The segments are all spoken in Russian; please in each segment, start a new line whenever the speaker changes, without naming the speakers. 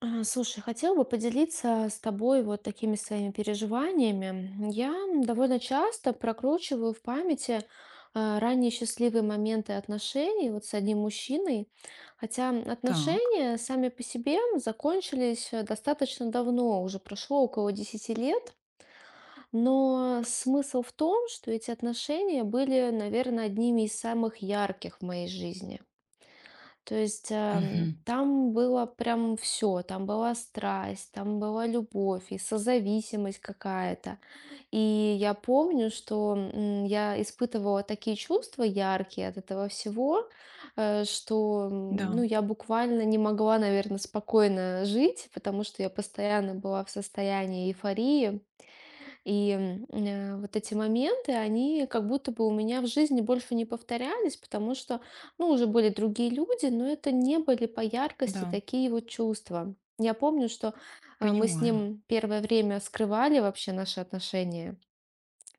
Слушай, хотела бы поделиться с тобой вот такими своими переживаниями. Я довольно часто прокручиваю в памяти ранние счастливые моменты отношений вот с одним мужчиной, хотя
Так.
отношения сами по себе закончились достаточно давно, уже прошло около 10 лет, но смысл в том, что эти отношения были, наверное, одними из самых ярких в моей жизни. То есть
Мгм.
там было прям все, там была страсть, там была любовь и созависимость какая-то. И я помню, что я испытывала такие чувства яркие от этого всего,
Да,
ну, я буквально не могла, наверное, спокойно жить, потому что я постоянно была в состоянии эйфории. И, вот эти моменты, они как будто бы у меня в жизни больше не повторялись, потому что, ну, уже были другие люди, но это не были по яркости
да,
такие вот чувства. Я помню, что мы с
понимаю.
ним первое время скрывали вообще наши отношения,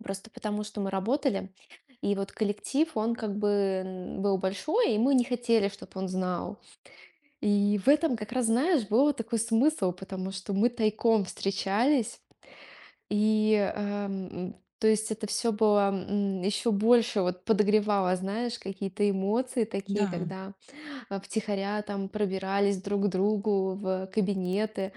просто потому что мы работали, и вот коллектив, он как бы был большой, и мы не хотели, чтобы он знал. И в этом как раз, знаешь, был такой смысл, потому что мы тайком встречались, то есть это все было, еще больше вот подогревало, знаешь, какие-то эмоции
Да,
такие, когда, втихаря там пробирались друг к другу в кабинеты.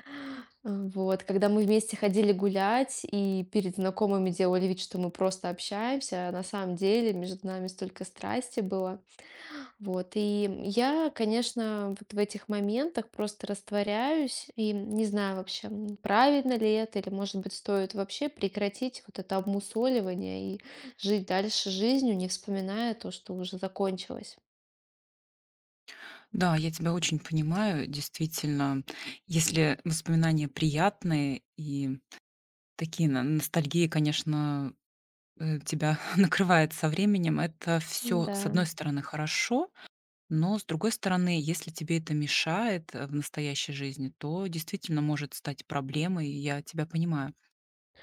Когда мы вместе ходили гулять и перед знакомыми делали вид, что мы просто общаемся, а на самом деле между нами столько страсти было. Вот, и я, конечно, вот в этих моментах просто растворяюсь и не знаю вообще, правильно ли это, или, может быть, стоит вообще прекратить вот это обмусоливание и жить дальше жизнью, не вспоминая то, что уже закончилось.
да, я тебя очень понимаю. Действительно, если воспоминания приятные и такие ностальгии, конечно, тебя накрывает со временем, это все,
Да.
с одной стороны, хорошо, но с другой стороны, если тебе это мешает в настоящей жизни, то действительно может стать проблемой, и я тебя понимаю.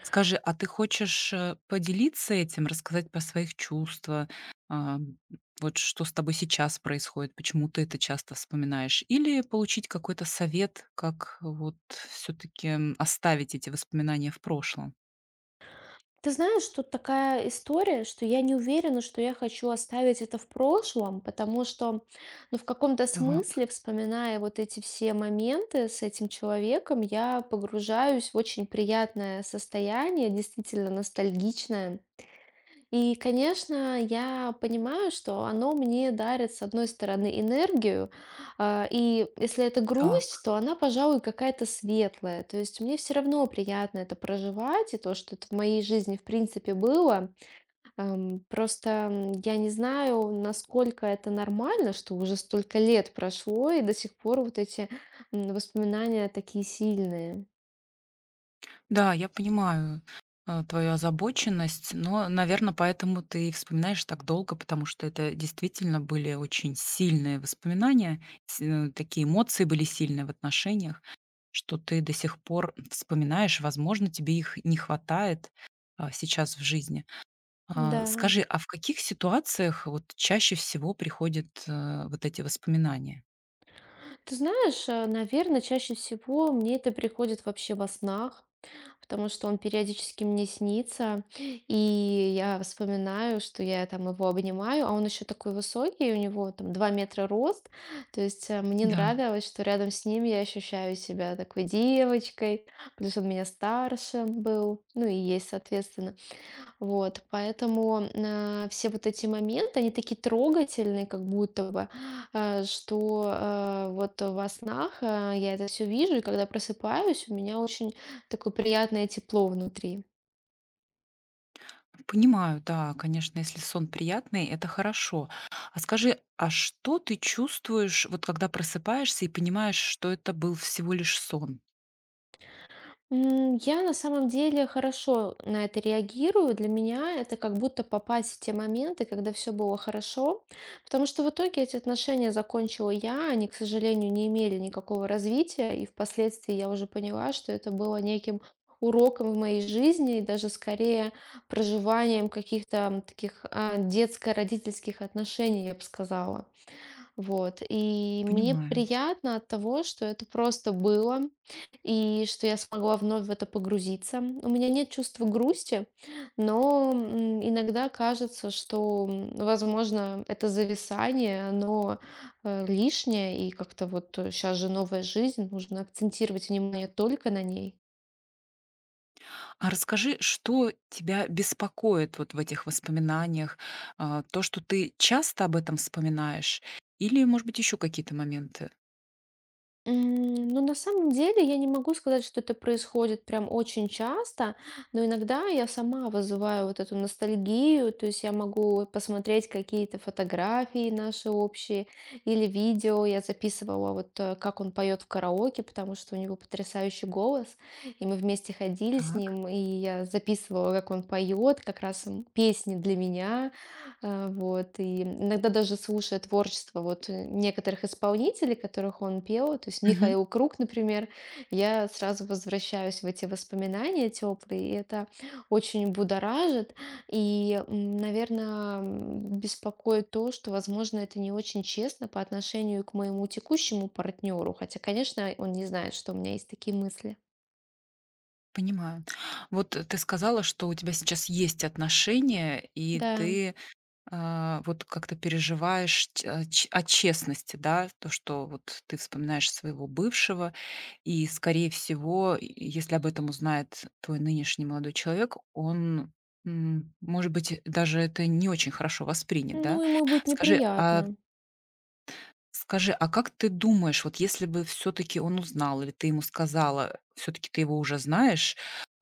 Скажи, а ты хочешь, поделиться этим, рассказать про своих чувства? А, м, вот что с тобой сейчас происходит, почему ты это часто вспоминаешь? Или получить какой-то совет, как вот все таки оставить эти воспоминания в прошлом?
Ты знаешь, тут такая история, что я не уверена, что я хочу оставить это в прошлом, потому что, ну, в каком-то
Так.
смысле, вспоминая вот эти все моменты с этим человеком, я погружаюсь в очень приятное состояние, действительно ностальгичное. И, конечно, я понимаю, что оно мне дарит, с одной стороны, энергию, и если это
Так.
грусть, то она, пожалуй, какая-то светлая. То есть мне все равно приятно это проживать, и то, что это в моей жизни, в принципе, было. Просто я не знаю, насколько это нормально, что уже столько лет прошло, и до сих пор вот эти воспоминания такие сильные.
Да, я понимаю, твою озабоченность, но, наверное, поэтому ты и вспоминаешь так долго, потому что это действительно были очень сильные воспоминания, такие эмоции были сильные в отношениях, что ты до сих пор вспоминаешь. Возможно, тебе их не хватает, сейчас в жизни. А,
Да.
скажи, а в каких ситуациях вот чаще всего приходят, вот эти воспоминания?
Ты знаешь, наверное, чаще всего мне это приходит вообще во снах, потому что он периодически мне снится, и я вспоминаю, что я там его обнимаю, а он еще такой высокий, у него там 2 метра рост, то есть мне
Да.
нравилось, что рядом с ним я ощущаю себя такой девочкой, плюс он меня старше был, ну и есть, соответственно. Вот, поэтому, все вот эти моменты, они такие трогательные, как будто бы, вот во снах, я это все вижу, и когда просыпаюсь, у меня очень такое приятное тепло внутри.
Понимаю, да, конечно, если сон приятный, это хорошо. А скажи, а что ты чувствуешь, вот когда просыпаешься и понимаешь, что это был всего лишь сон?
Я на самом деле хорошо на это реагирую. Для меня это как будто попасть в те моменты, когда все было хорошо. Потому что в итоге эти отношения закончила я, они, к сожалению, не имели никакого развития. И впоследствии я уже поняла, что это было неким уроком в моей жизни и даже скорее проживанием каких-то таких детско-родительских отношений, я бы сказала. Вот. И мне
Понимаю.
приятно от того, что это просто было, и что я смогла вновь в это погрузиться. У меня нет чувства грусти, но иногда кажется, что, возможно, это зависание, оно лишнее, и как-то вот сейчас же новая жизнь, нужно акцентировать внимание только на ней.
А расскажи, что тебя беспокоит вот в этих воспоминаниях? А, то, что ты часто об этом вспоминаешь? Или, может быть, еще какие-то моменты?
Ну, на самом деле, я не могу сказать, что это происходит прям очень часто, но иногда я сама вызываю вот эту ностальгию, то есть я могу посмотреть какие-то фотографии наши общие или видео. Я записывала вот как он поет в караоке, потому что у него потрясающий голос, и мы вместе ходили с
Так.
ним, и я записывала, как он поет, как раз песни для меня. Вот, и иногда даже слушая творчество вот некоторых исполнителей, которых он пел, то есть
Мгм.
Михаил Круг, например, я сразу возвращаюсь в эти воспоминания теплые, и это очень будоражит, и, наверное, беспокоит то, что, возможно, это не очень честно по отношению к моему текущему партнеру, хотя, конечно, он не знает, что у меня есть такие мысли.
Понимаю. Ты сказала, что у тебя сейчас есть отношения, и
Да,
ты вот как то переживаешь ч а, ч о честности, да? То, что вот ты вспоминаешь своего бывшего, и, скорее всего, и если об этом узнает твой нынешний молодой человек, он, может быть, даже это не очень хорошо воспримет,
ну
да?
ему будет
Скажи, а
неприятно.
скажи, а как ты думаешь, вот если бы все таки он узнал или ты ему сказала, все таки ты его уже знаешь,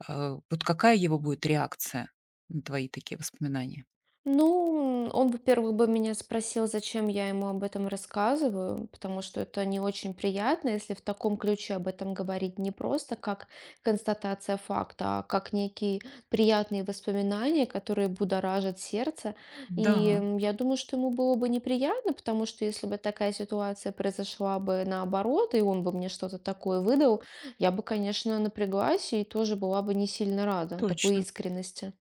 вот какая его будет реакция на твои такие воспоминания?
Ну, он, во-первых, бы меня спросил, зачем я ему об этом рассказываю, потому что это не очень приятно, если в таком ключе об этом говорить не просто как констатация факта, а как некие приятные воспоминания, которые будоражат сердце. И
Да,
м, я думаю, что ему было бы неприятно, потому что если бы такая ситуация произошла бы наоборот, и он бы мне что-то такое выдал, я бы, конечно, напряглась и тоже была бы не сильно рада такой
точно.
искренности.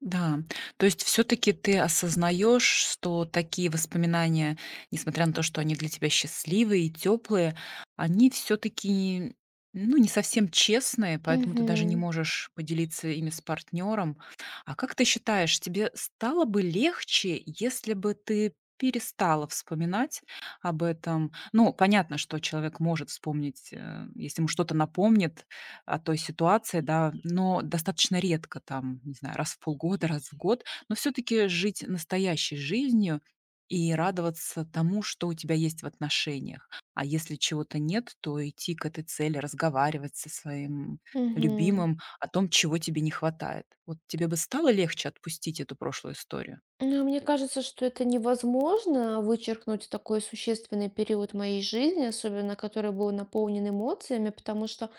Да, то есть все таки ты осознаешь, что такие воспоминания, несмотря на то, что они для тебя счастливые и теплые, они все таки ну, не совсем честные, поэтому ты даже не
Угу.
можешь поделиться ими с партнером. А как ты считаешь, тебе стало бы легче, если бы ты перестала вспоминать об этом? Ну, понятно, что человек может вспомнить, если ему что-то напомнит, той ситуации, да, но достаточно редко, там, не знаю, раз в полгода, раз в год, но все-таки жить настоящей жизнью и радоваться тому, что у тебя есть в отношениях. А если чего-то нет, то идти к этой цели, разговаривать со своим
Угу.
любимым о том, чего тебе не хватает. Вот тебе бы стало легче отпустить эту прошлую историю?
Ну, мне кажется, что это невозможно вычеркнуть такой существенный период моей жизни, особенно который был наполнен эмоциями, потому что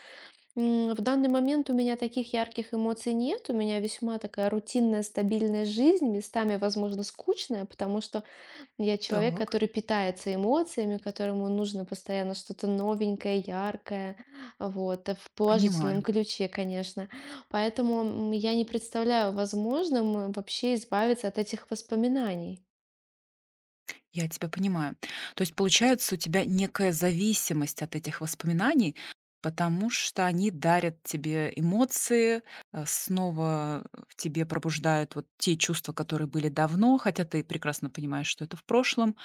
в данный момент у меня таких ярких эмоций нет, у меня весьма такая рутинная, стабильная жизнь, местами, возможно, скучная, потому что я человек,
Так.
который питается эмоциями, которому нужно постоянно что-то новенькое, яркое, вот, в положительном
Понимаю.
ключе, конечно. Поэтому я не представляю возможным вообще избавиться от этих воспоминаний.
Я тебя понимаю. То есть получается у тебя некая зависимость от этих воспоминаний, потому что они дарят тебе эмоции, снова в тебе пробуждают вот те чувства, которые были давно, хотя ты прекрасно понимаешь, что это в прошлом.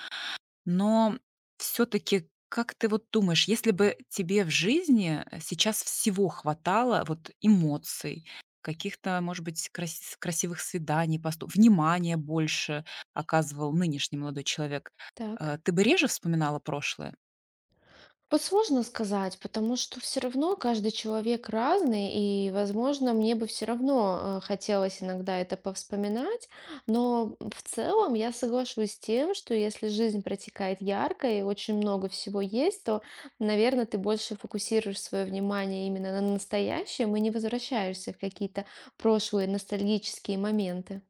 Но все таки как ты вот думаешь, если бы тебе в жизни, сейчас всего хватало, вот эмоций, каких-то, может быть, красивых свиданий, постов внимания больше оказывал нынешний молодой человек,
Так.
ты бы реже вспоминала прошлое?
Вот сложно сказать, потому что все равно каждый человек разный, и, возможно, мне бы все равно хотелось иногда это повспоминать, но в целом я соглашусь с тем, что если жизнь протекает ярко и очень много всего есть, то, наверное, ты больше фокусируешь свое внимание именно на настоящем и не возвращаешься в какие-то прошлые ностальгические моменты.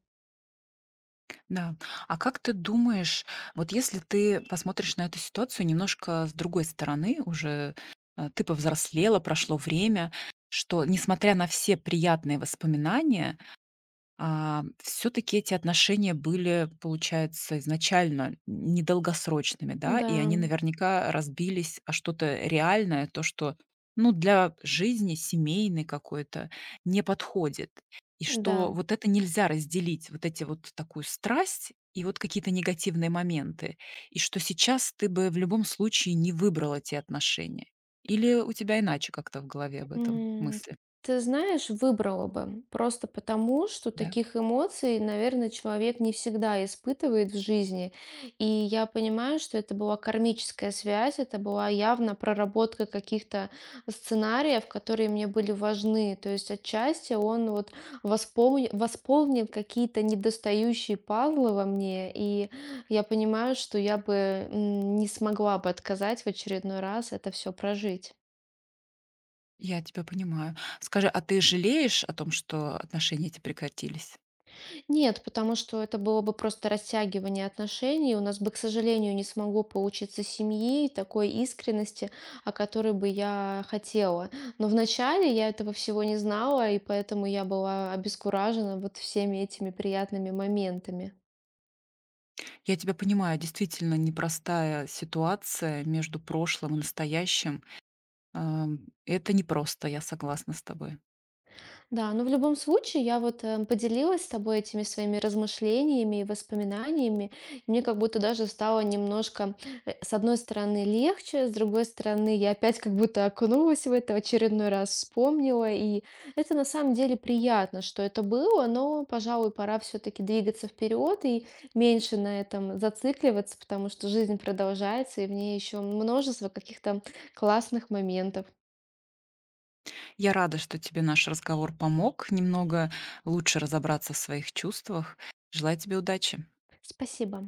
Да. А как ты думаешь, вот если ты посмотришь на эту ситуацию немножко с другой стороны, уже, ты повзрослела, прошло время, что, несмотря на все приятные воспоминания, все-таки эти отношения были, получается, изначально недолгосрочными, да,
Да,
и они наверняка разбились о что-то реальное, то, что, ну, для жизни семейной какой-то не подходит. И что
да.
вот это нельзя разделить, вот эти вот такую страсть и вот какие-то негативные моменты. И что сейчас ты бы в любом случае не выбрал эти отношения. Или у тебя иначе как-то в голове об этом
М,
мысли?
Ты знаешь, выбрала бы. Просто потому, что
Да.
таких эмоций, наверное, человек не всегда испытывает в жизни. И я понимаю, что это была кармическая связь, это была явно проработка каких-то сценариев, которые мне были важны. То есть отчасти он вот восполнил какие-то недостающие пазлы во мне. И я понимаю, что я бы не смогла бы отказать в очередной раз это все прожить.
Я тебя понимаю. Скажи, а ты жалеешь о том, что отношения эти прекратились?
Нет, потому что это было бы просто растягивание отношений. У нас бы, к сожалению, не смогло получиться семьи, и такой искренности, о которой бы я хотела. Но вначале я этого всего не знала, и поэтому я была обескуражена вот всеми этими приятными моментами.
Я тебя понимаю, действительно непростая ситуация между прошлым и настоящим. Ам, это непросто, я согласна с тобой.
Да, но в любом случае я вот поделилась с тобой этими своими размышлениями и воспоминаниями. Мне как будто даже стало немножко, с одной стороны, легче, с другой стороны, я опять как будто окунулась в это, очередной раз вспомнила. И это на самом деле приятно, что это было, но, пожалуй, пора все-таки двигаться вперед и меньше на этом зацикливаться, потому что жизнь продолжается, и в ней еще множество каких-то классных моментов.
Я рада, что тебе наш разговор помог немного лучше разобраться в своих чувствах. Желаю тебе удачи.
Спасибо.